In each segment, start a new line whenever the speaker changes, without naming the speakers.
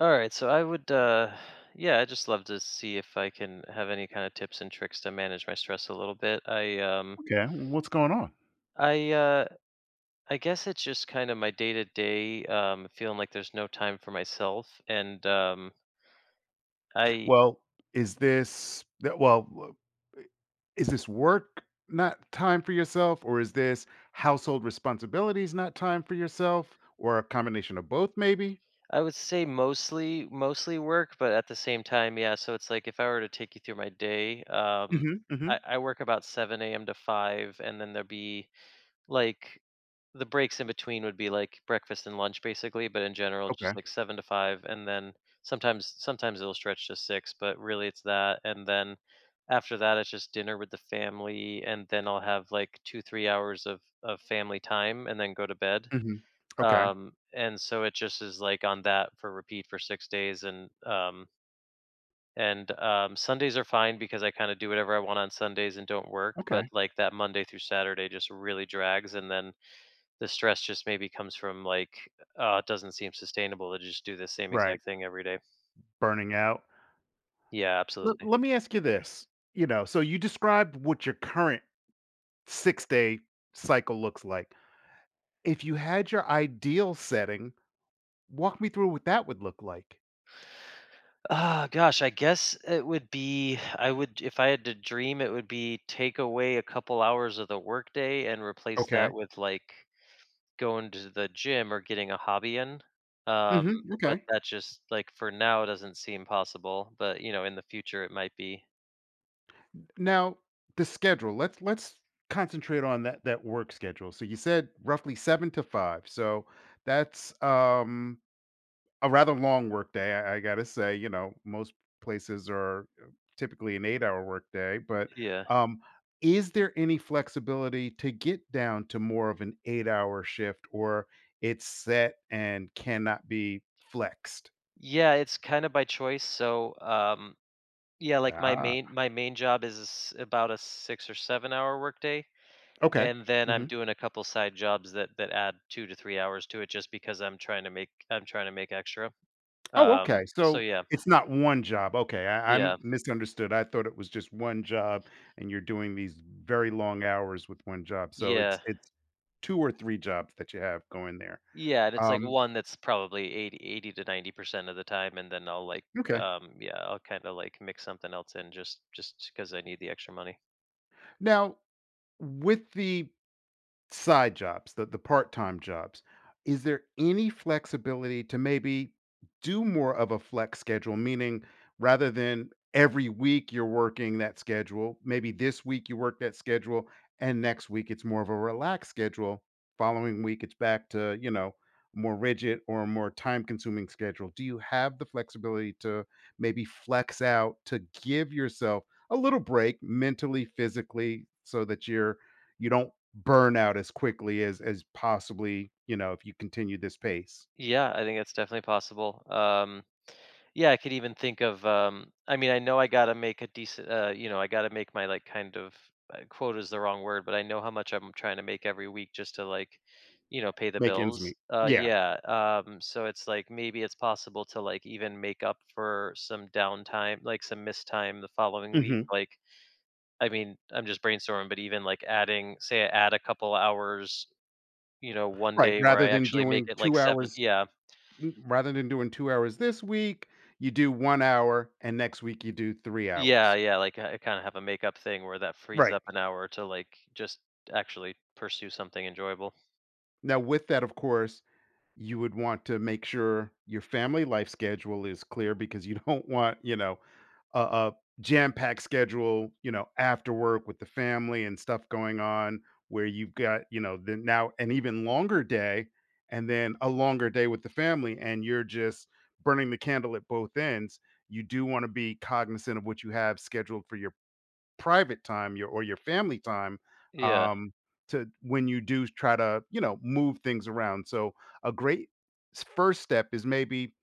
All right, so I would, yeah, I just love to see if I can have any kind of tips and tricks to manage my stress a little bit.
Okay, what's going on?
I, uh, I guess it's just kind of my day to day, feeling like there's no time for myself, and I,
Well, is this that well, uh, is this work not time for yourself, or is this household responsibilities not time for yourself, or a combination of both maybe?
I would say mostly work, but at the same time, yeah. So it's like if I were to take you through my day,
Mhm. Mhm.
I work about seven a.m. to five, and then there'll be Like, the breaks in between would be, like, breakfast and lunch basically, but in general, it's just,
Okay.
like, 7 to 5, and then sometimes it'll stretch to 6, but really it's that, and then after that, it's just dinner with the family, and then I'll have, like, 2, 3 hours of family time and then go to bed.
Mhm. Okay.
And so it just is, like, on that for repeat for 6 days and Sundays are fine because I kinda do whatever I want on Sundays and don't work, but,
Okay.
like, that Monday through Saturday just really drags, and then the stress just maybe comes from, like, "Oh, it doesn't seem sustainable to just do the same
Right.
exact thing every day."
Burning out.
Yeah,
Let,
absolutely.
let me ask you this. You know, so you described what your current 6-day cycle looks like. If you had your ideal setting, walk me through what that would look like.
Ah, gosh, I guess it would be I would if I had to dream, it would be take away a couple hours of the workday and replace that
Okay.
with, like, going to the gym or getting a hobby in.
Mhm.
But
Okay.
that just like, for now, doesn't seem possible, but, you know, in the future, it might be.
Now, the schedule. Let's concentrate on that work schedule. So you said roughly seven to five. So that's a rather long work day. I gotta say, you know, most places are typically an eight-hour work day, but
Yeah.
um, is there any flexibility to get down to more of an eight-hour shift, or it's set and cannot be flexed?
Yeah, it's kinda by choice, so. Yeah, like my
Ah,
main my main job is about a 6 or 7-hour workday,
okay.
and then I'm
Mm-hmm.
doing a couple side jobs that add 2 to 3 hours to it just because I'm trying to make extra.
Oh, okay.
So
So
yeah.
it's not one job. Okay. I,
Yeah.
I'm misunderstood. I thought it was just one job and you're doing these very long hours with one job. So
Yeah.
it's two or three jobs that you have going there.
Yeah, and it's like
Um,
one that's probably eighty to 90% of the time, and then I'll like
okay.
yeah, I'll kind of like mix something else in just cuz I need the extra money.
Now with the side jobs, the part-time jobs. Is there any flexibility to maybe do more of a flex schedule? Meaning, rather than every week you're working that schedule, maybe this week you work that schedule, and next week it's more of a relaxed schedule. Following week, it's back to, you know, more rigid or more time-consuming schedule. Do you have the flexibility to maybe flex out to give yourself a little break mentally, physically, so that you're you don't burn out as quickly as possibly, you know, if you continue this pace.
Yeah, I think that's definitely possible. Yeah, I could even think of, I mean, I know I gotta make a decent, you know, I gotta make my like kind of quota is the wrong word, but I know how much I'm trying to make every week just to like, you know, pay the
Make ends
bills.
meet. Yeah.
Yeah. So it's like maybe it's possible to like even make up for some downtime, like some missed time the following week.
Mhm.
Like, I mean, I'm just brainstorming, but even like adding, say, I add a couple hours, you know, one
Right,
day where
rather
I
than
actually make
doing
it like
2
seven.
hours
Yeah.
m rather than doing 2 hours this week, you do 1 hour, and next week you do 3
Yeah,
hours.
yeah, like, I kind of have a makeup thing where that frees
Right.
up an hour to, like, just actually pursue something enjoyable.
Now with that, of course, you would want to make sure your family life schedule is clear because you don't want, you know, a jam-packed schedule, you know, after work with the family and stuff going on where you've got, you know, then now an even longer day and then a longer day with the family and you're just burning the candle at both ends. You do want to be cognizant of what you have scheduled for your private time, your or your family time,
Yeah.
um, to when you do try to, you know, move things around. So a great first step is maybe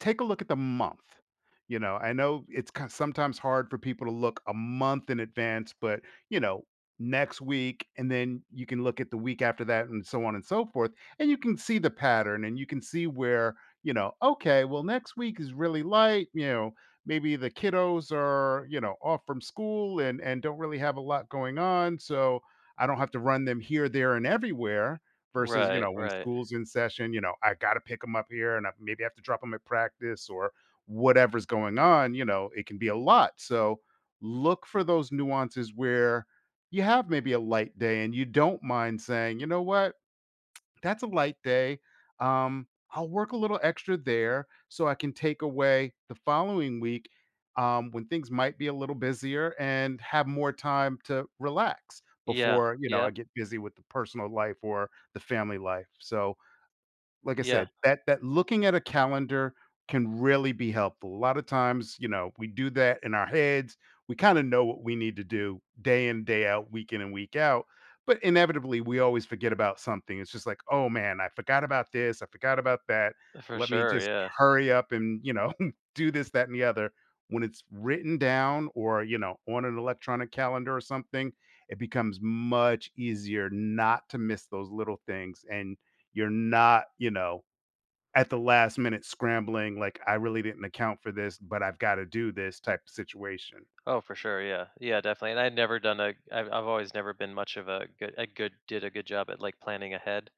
take a look at the month. You know, I know it's kind sometimes hard for people to look a month in advance, but you know, next week, and then you can look at the week after that, and so on and so forth, and you can see the pattern, and you can see where you know, okay, well, next week is really light. You know, maybe the kiddos are you know off from school and don't really have a lot going on, so I don't have to run them here, there, and everywhere versus, you
Right,
know, when
right.
school's in session, you know, I gotta pick them up here and I maybe have to drop them at practice or whatever's going on, you know, it can be a lot. So look for those nuances where you have maybe a light day and you don't mind saying, you know what? That's a light day. I'll work a little extra there so I can take away the following week when things might be a little busier and have more time to relax
Yeah,
before you know I
yep,
get busy with the personal life or the family life. So like I
yeah,
said, that that looking at a calendar can really be helpful. A lot of times, you know, we do that in our heads. We kind of know what we need to do day in, day out, week in and week out. But inevitably, we always forget about something. It's just like, oh man, I forgot about this. I forgot about that.
for
Let me
sure,
just
yeah.
hurry up and, you know, do this, that, and the other. When it's written down or, you know, on an electronic calendar or something, it becomes much easier not to miss those little things and you're not, you know, at the last minute scrambling, like, "I really didn't account for this, but I've gotta do this," type of situation.
Oh, for sure, yeah. Yeah, definitely, and I'd never done a I've always never been much of a good did a good job at, like, planning ahead.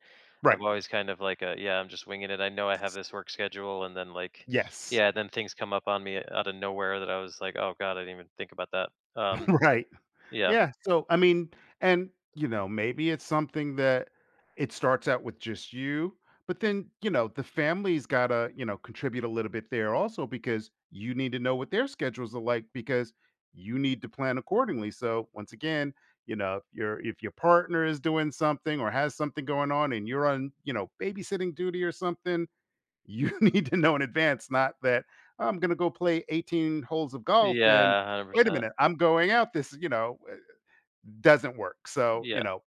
I've
Right.
always kind of like a, "Yeah, I'm just winging it. I know I have this work schedule," and then, like
Yes.
yeah, then things come up on me out of nowhere that I was like, "Oh god, I didn't even think about that." Um,
Right.
yeah.
Yeah, so, I mean and, you know, maybe it's something that it starts out with just you, but then, you know, the family's gotta, you know, contribute a little bit there also because you need to know what their schedules are like because you need to plan accordingly, so, once again, you know, if your partner is doing something or has something going on and you're on, you know, babysitting duty or something, you need to know in advance, not that, "Oh, I'm gonna go play 18 holes of golf," and,
Yeah,
"Wait a
100%.
minute, I'm going out this" you know, doesn't work. So, you
Yeah.
know,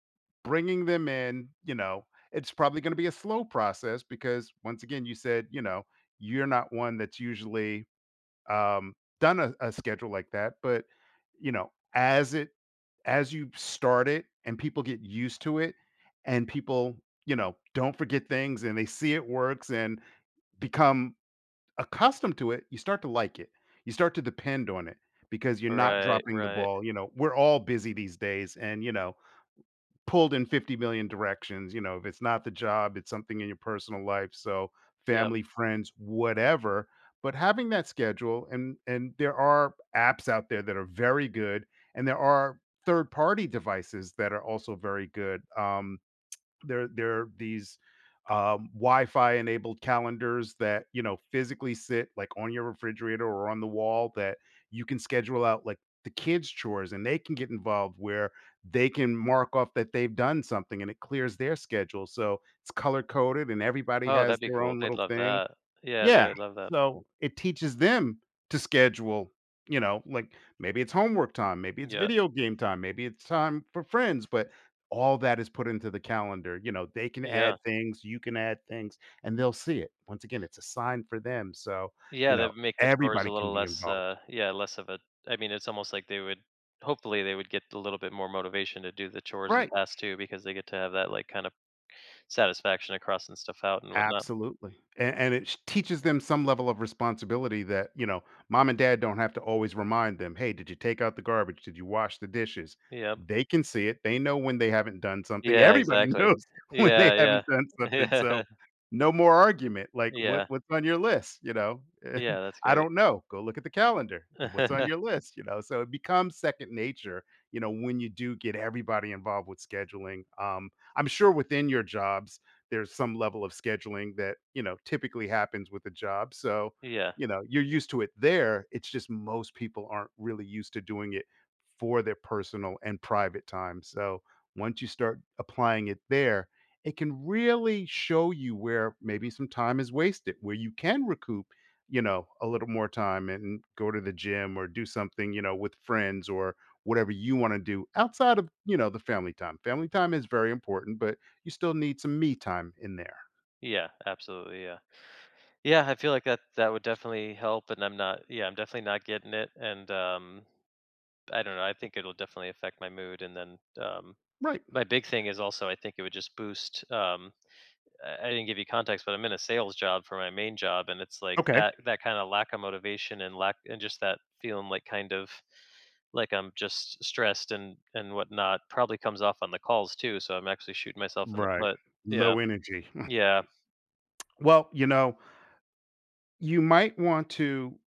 bringing them in, you know, it's probably going to be a slow process because once again, you said, you know, you're not one that's usually um, done a schedule like that, but you know, as you start it and people get used to it, and people, you know, don't forget things and they see it works and become accustomed to it, you start to like it. You start to depend on it because you're not
Right,
dropping the
right.
ball. You know, we're all busy these days, and you know, pulled in 50 million directions. You know, if it's not the job, it's something in your personal life. So
Yep.
family, friends, whatever. But having that schedule and there are apps out there that are very good, and there are third party devices that are also very good. There there are these, Wi-Fi enabled calendars that, you know, physically sit, like, on your refrigerator or on the wall that you can schedule out, like, the kids' chores, and they can get involved where they can mark off that they've done something, and it clears their schedule, so it's color coded, and everybody
Oh, that'd
has
be
their
cool.
own
They'd
little
love
thing.
that. Yeah, they
Yeah,
would love that.
so it teaches them to schedule, you know, like, maybe it's homework time, maybe it's
Yeah.
video game time, maybe it's time for friends, but all that is put into the calendar, you know, they can add
Yeah.
things, you can add things, and they'll see it. Once again, it's a sign for them, so,
Yeah,
you know,
that'd make the chores a
everybody can
little
be
less
involved.
yeah, less of a I mean, it's almost like they would hopefully they would get a little bit more motivation to do the chores and
Right.
tasks too because they get to have that like kind of satisfaction of crossing stuff out and whatnot.
Absolutely, and it sh teaches them some level of responsibility that, you know, mom and dad don't have to always remind them, "Hey, did you take out the garbage? Did you wash the dishes?"
Yep.
They can see it, they know when they haven't done something,
Yeah,
everybody
exactly.
knows when
Yeah,
they
yeah.
haven't done something, so
Yeah.
no more argument, like,
Yeah.
What's on your list?" You know?
Yeah, that's
"I
great.
don't know." "Go look at the calendar. What's on your list?" You know? So it becomes second nature, you know, when you do get everybody involved with scheduling, I'm sure within your jobs there's some level of scheduling that, you know, typically happens with a job. So,
Yeah.
you know, you're used to it there. It's just most people aren't really used to doing it for their personal and private time. So, once you start applying it there, it can really show you where maybe some time is wasted, where you can recoup, you know, a little more time and go to the gym or do something, you know, with friends or whatever you want to do outside of, you know, the family time. Family time is very important, but you still need some me time in there.
Yeah, absolutely. Yeah. Yeah, I feel like that that would definitely help, and I'm not. Yeah, I'm definitely not getting it, and I don't know. I think it'll definitely affect my mood, and then
Right.
my big thing is also I think it would just boost. I didn't give you context, but I'm in a sales job for my main job, and it's like
Okay.
that that kind of lack of motivation and lack and just that feeling like kind of like I'm just stressed and whatnot probably comes off on the calls too. So I'm actually shooting myself in the
Right.
foot. Yeah,
Low energy.
yeah,
Well, you know, you might want to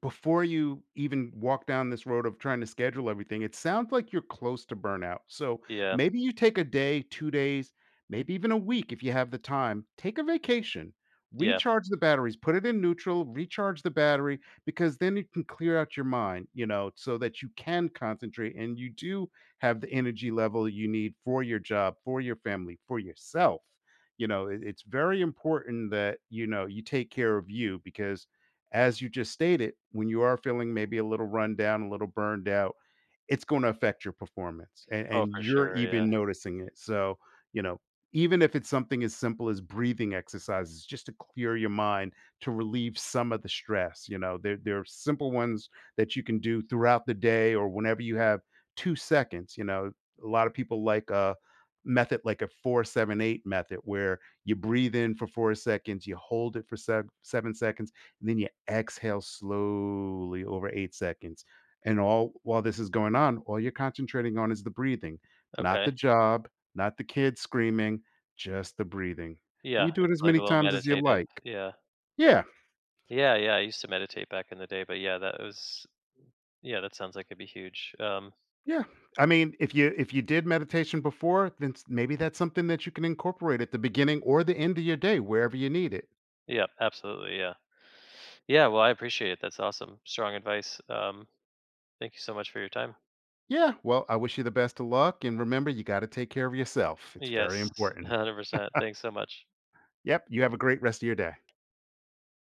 before you even walk down this road of trying to schedule everything, it sounds like you're close to burnout. So
yeah,
maybe you take a day, 2 days, maybe even a week if you have the time. Take a vacation,
yeah.
recharge the batteries, put it in neutral, recharge the battery, because then you can clear out your mind, you know, so that you can concentrate and you do have the energy level you need for your job, for your family, for yourself. You know, it's very important that, you know, you take care of you because as you just stated, when you are feeling maybe a little run down, a little burned out, it's going to affect your performance
Oh,
and
for
you're
sure. Yeah.
even noticing it. So, you know, even if it's something as simple as breathing exercises, just to clear your mind to relieve some of the stress, you know, there are simple ones that you can do throughout the day or whenever you have 2 seconds. You know, a lot of people like a method like a four, seven, eight method where you breathe in for 4 seconds, you hold it for 7 seconds, and then you exhale slowly over 8 seconds and all while this is going on, all you're concentrating on is the breathing, not the
Okay.
job, not the kids screaming, just the breathing. And
Yeah,
you do it
it's
as
like
many
a little
times as you
meditative.
like.
Yeah.
Yeah,
Yeah, yeah, I used to meditate back in the day, but yeah, that was yeah, that sounds like it'd be huge.
yeah. I mean, if you did meditation before, then maybe that's something that you can incorporate at the beginning or the end of your day, wherever you need it.
Yeah, absolutely, yeah. Yeah, well, I appreciate it. That's awesome. Strong advice. Thank you so much for your time.
Yeah. Well, I wish you the best of luck, and remember, you got to take care of yourself. It's very
Yes,
important.
100%. Thanks so much.
Yep. You have a great rest of your day.